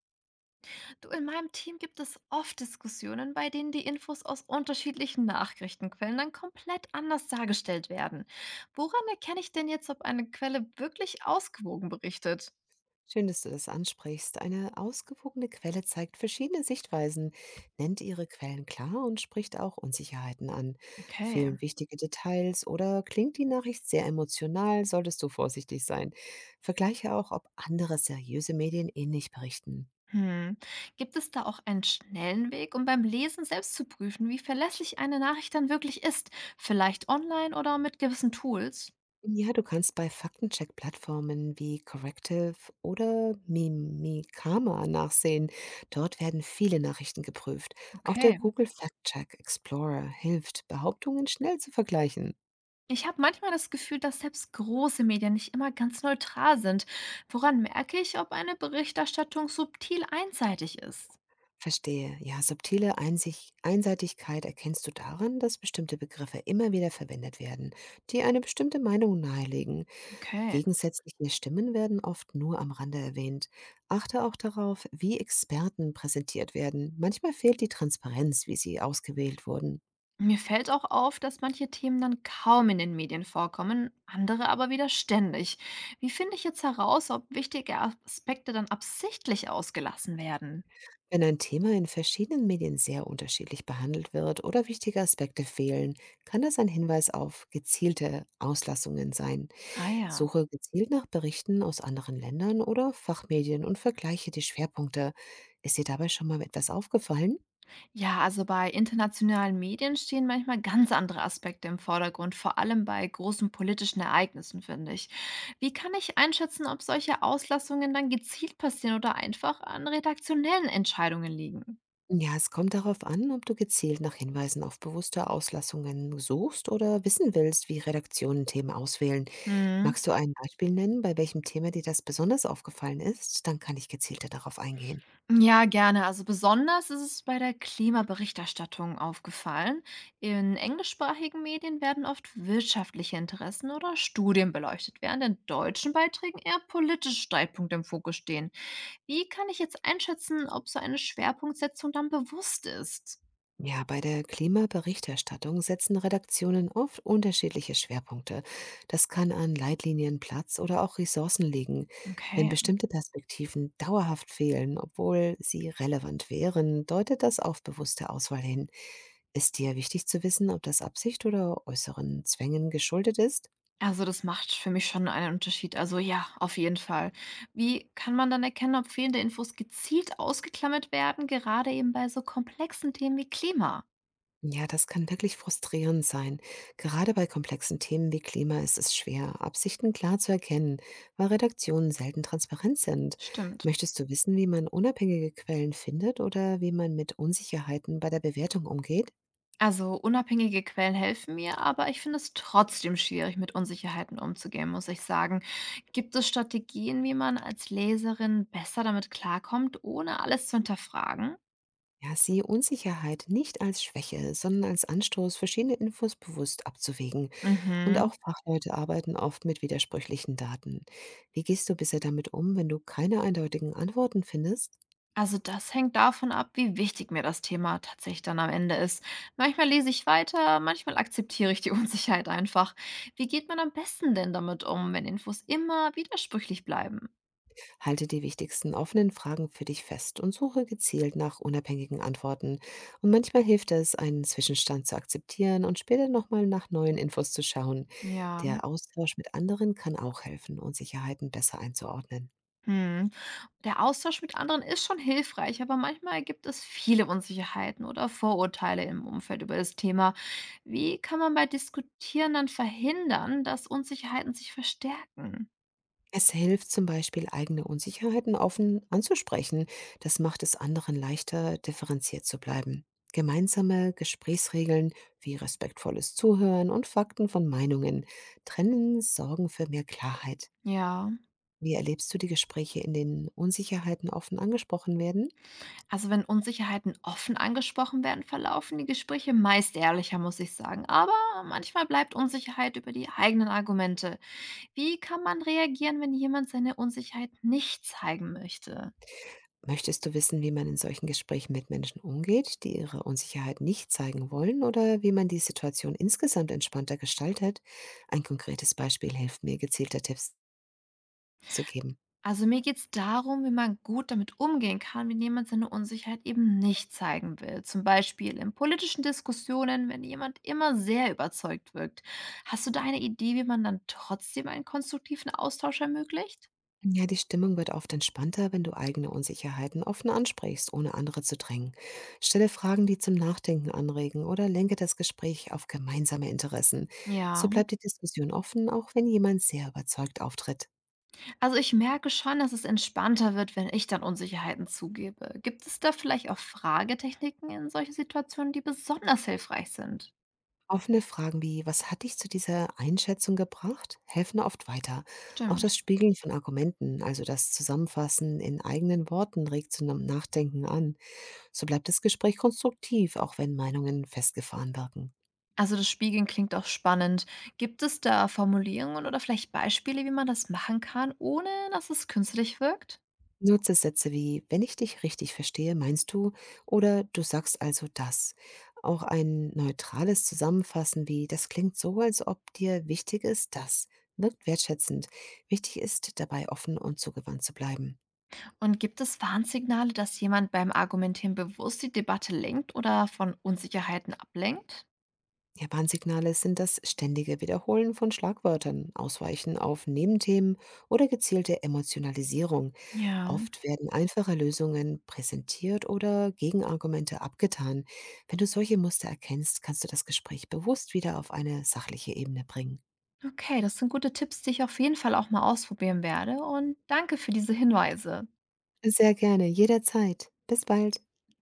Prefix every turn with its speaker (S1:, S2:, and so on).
S1: Du, in meinem Team gibt es oft Diskussionen, bei denen die Infos aus unterschiedlichen Nachrichtenquellen dann komplett anders dargestellt werden. Woran erkenne ich denn jetzt, ob eine Quelle wirklich ausgewogen berichtet?
S2: Schön, dass du das ansprichst. Eine ausgewogene Quelle zeigt verschiedene Sichtweisen, nennt ihre Quellen klar und spricht auch Unsicherheiten an.
S1: Okay.
S2: Fehlen wichtige Details oder klingt die Nachricht sehr emotional, solltest du vorsichtig sein. Vergleiche auch, ob andere seriöse Medien ähnlich berichten.
S1: Hm. Gibt es da auch einen schnellen Weg, um beim Lesen selbst zu prüfen, wie verlässlich eine Nachricht dann wirklich ist? Vielleicht online oder mit gewissen Tools?
S2: Ja, du kannst bei Faktencheck-Plattformen wie Corrective oder Mimikama nachsehen. Dort werden viele Nachrichten geprüft. Auch der
S1: Okay.
S2: Google Fact-Check Explorer hilft, Behauptungen schnell zu vergleichen.
S1: Ich habe manchmal das Gefühl, dass selbst große Medien nicht immer ganz neutral sind. Woran merke ich, ob eine Berichterstattung subtil einseitig ist?
S2: Verstehe. Ja, Einseitigkeit erkennst du daran, dass bestimmte Begriffe immer wieder verwendet werden, die eine bestimmte Meinung nahelegen.
S1: Okay.
S2: Gegensätzliche Stimmen werden oft nur am Rande erwähnt. Achte auch darauf, wie Experten präsentiert werden. Manchmal fehlt die Transparenz, wie sie ausgewählt wurden.
S1: Mir fällt auch auf, dass manche Themen dann kaum in den Medien vorkommen, andere aber wieder ständig. Wie finde ich jetzt heraus, ob wichtige Aspekte dann absichtlich ausgelassen werden?
S2: Wenn ein Thema in verschiedenen Medien sehr unterschiedlich behandelt wird oder wichtige Aspekte fehlen, kann das ein Hinweis auf gezielte Auslassungen sein.
S1: Ah ja.
S2: Suche gezielt nach Berichten aus anderen Ländern oder Fachmedien und vergleiche die Schwerpunkte. Ist dir dabei schon mal etwas aufgefallen?
S1: Ja, also bei internationalen Medien stehen manchmal ganz andere Aspekte im Vordergrund, vor allem bei großen politischen Ereignissen, finde ich. Wie kann ich einschätzen, ob solche Auslassungen dann gezielt passieren oder einfach an redaktionellen Entscheidungen liegen?
S2: Ja, es kommt darauf an, ob du gezielt nach Hinweisen auf bewusste Auslassungen suchst oder wissen willst, wie Redaktionen Themen auswählen.
S1: Hm.
S2: Magst du ein Beispiel nennen, bei welchem Thema dir das besonders aufgefallen ist? Dann kann ich gezielter darauf eingehen.
S1: Ja, gerne. Also besonders ist es bei der Klimaberichterstattung aufgefallen. In englischsprachigen Medien werden oft wirtschaftliche Interessen oder Studien beleuchtet, während in deutschen Beiträgen eher politische Streitpunkte im Fokus stehen. Wie kann ich jetzt einschätzen, ob so eine Schwerpunktsetzung dann bewusst ist?
S2: Ja, bei der Klimaberichterstattung setzen Redaktionen oft unterschiedliche Schwerpunkte. Das kann an Leitlinien, Platz oder auch Ressourcen liegen. Wenn
S1: Okay,
S2: bestimmte Perspektiven dauerhaft fehlen, obwohl sie relevant wären, deutet das auf bewusste Auswahl hin. Ist dir wichtig zu wissen, ob das Absicht oder äußeren Zwängen geschuldet ist?
S1: also das macht für mich schon einen Unterschied. Also ja, auf jeden Fall. Wie kann man dann erkennen, ob fehlende Infos gezielt ausgeklammert werden, gerade eben bei so komplexen Themen wie Klima?
S2: Ja, das kann wirklich frustrierend sein. Gerade bei komplexen Themen wie Klima ist es schwer, Absichten klar zu erkennen, weil Redaktionen selten transparent sind.
S1: Stimmt.
S2: Möchtest du wissen, wie man unabhängige Quellen findet oder wie man mit Unsicherheiten bei der Bewertung umgeht?
S1: Also unabhängige Quellen helfen mir, aber ich finde es trotzdem schwierig, mit Unsicherheiten umzugehen, muss ich sagen. Gibt es Strategien, wie man als Leserin besser damit klarkommt, ohne alles zu hinterfragen?
S2: Ja, sieh Unsicherheit nicht als Schwäche, sondern als Anstoß, verschiedene Infos bewusst abzuwägen. Und
S1: Mhm.
S2: auch Fachleute arbeiten oft mit widersprüchlichen Daten. Wie gehst du bisher damit um, wenn du keine eindeutigen Antworten findest?
S1: Also das hängt davon ab, wie wichtig mir das Thema tatsächlich dann am Ende ist. Manchmal lese ich weiter, manchmal akzeptiere ich die Unsicherheit einfach. Wie geht man am besten denn damit um, wenn Infos immer widersprüchlich bleiben?
S2: Halte die wichtigsten offenen Fragen für dich fest und suche gezielt nach unabhängigen Antworten. Und manchmal hilft es, einen Zwischenstand zu akzeptieren und später nochmal nach neuen Infos zu schauen.
S1: Ja.
S2: Der Austausch mit anderen kann auch helfen, Unsicherheiten besser einzuordnen.
S1: Hm. Der Austausch mit anderen ist schon hilfreich, aber manchmal gibt es viele Unsicherheiten oder Vorurteile im Umfeld über das Thema. Wie kann man bei Diskutieren dann verhindern, dass Unsicherheiten sich verstärken?
S2: Es hilft zum Beispiel, eigene Unsicherheiten offen anzusprechen. Das macht es anderen leichter, differenziert zu bleiben. Gemeinsame Gesprächsregeln wie respektvolles Zuhören und Fakten von Meinungen trennen sorgen für mehr Klarheit.
S1: Ja.
S2: Wie erlebst du die Gespräche, in denen Unsicherheiten offen angesprochen werden?
S1: Also wenn Unsicherheiten offen angesprochen werden, verlaufen die Gespräche meist ehrlicher, muss ich sagen. Aber manchmal bleibt Unsicherheit über die eigenen Argumente. Wie kann man reagieren, wenn jemand seine Unsicherheit nicht zeigen möchte?
S2: Möchtest du wissen, wie man in solchen Gesprächen mit Menschen umgeht, die ihre Unsicherheit nicht zeigen wollen, oder wie man die Situation insgesamt entspannter gestaltet? Ein konkretes Beispiel hilft mir, gezielter Tipps zu geben.
S1: Also mir geht es darum, wie man gut damit umgehen kann, wenn jemand seine Unsicherheit eben nicht zeigen will. Zum Beispiel in politischen Diskussionen, wenn jemand immer sehr überzeugt wirkt. Hast du da eine Idee, wie man dann trotzdem einen konstruktiven Austausch ermöglicht?
S2: Ja, die Stimmung wird oft entspannter, wenn du eigene Unsicherheiten offen ansprichst, ohne andere zu drängen. Stelle Fragen, die zum Nachdenken anregen oder lenke das Gespräch auf gemeinsame Interessen. So
S1: Ja.
S2: bleibt die Diskussion offen, auch wenn jemand sehr überzeugt auftritt.
S1: Also, ich merke schon, dass es entspannter wird, wenn ich dann Unsicherheiten zugebe. Gibt es da vielleicht auch Fragetechniken in solchen Situationen, die besonders hilfreich sind?
S2: Offene Fragen wie, was hat dich zu dieser Einschätzung gebracht, helfen oft weiter. Auch das
S1: Stimmt.
S2: Spiegeln von Argumenten, also das Zusammenfassen in eigenen Worten, regt zum Nachdenken an. So bleibt das Gespräch konstruktiv, auch wenn Meinungen festgefahren wirken.
S1: Also das Spiegeln klingt auch spannend. Gibt es da Formulierungen oder vielleicht Beispiele, wie man das machen kann, ohne dass es künstlich wirkt?
S2: Nutze Sätze wie, wenn ich dich richtig verstehe, meinst du, oder du sagst also das. Auch ein neutrales Zusammenfassen wie, das klingt so, als ob dir wichtig ist, das, wirkt wertschätzend. Wichtig ist, dabei offen und zugewandt zu bleiben.
S1: Und gibt es Warnsignale, dass jemand beim Argumentieren bewusst die Debatte lenkt oder von Unsicherheiten ablenkt?
S2: Ja, Warnsignale sind das ständige Wiederholen von Schlagwörtern, Ausweichen auf Nebenthemen oder gezielte Emotionalisierung.
S1: Ja,
S2: Oft werden einfache Lösungen präsentiert oder Gegenargumente abgetan. Wenn du solche Muster erkennst, kannst du das Gespräch bewusst wieder auf eine sachliche Ebene bringen.
S1: okay, das sind gute Tipps, die ich auf jeden Fall auch mal ausprobieren werde. Und danke für diese Hinweise.
S2: Sehr gerne, jederzeit. Bis bald.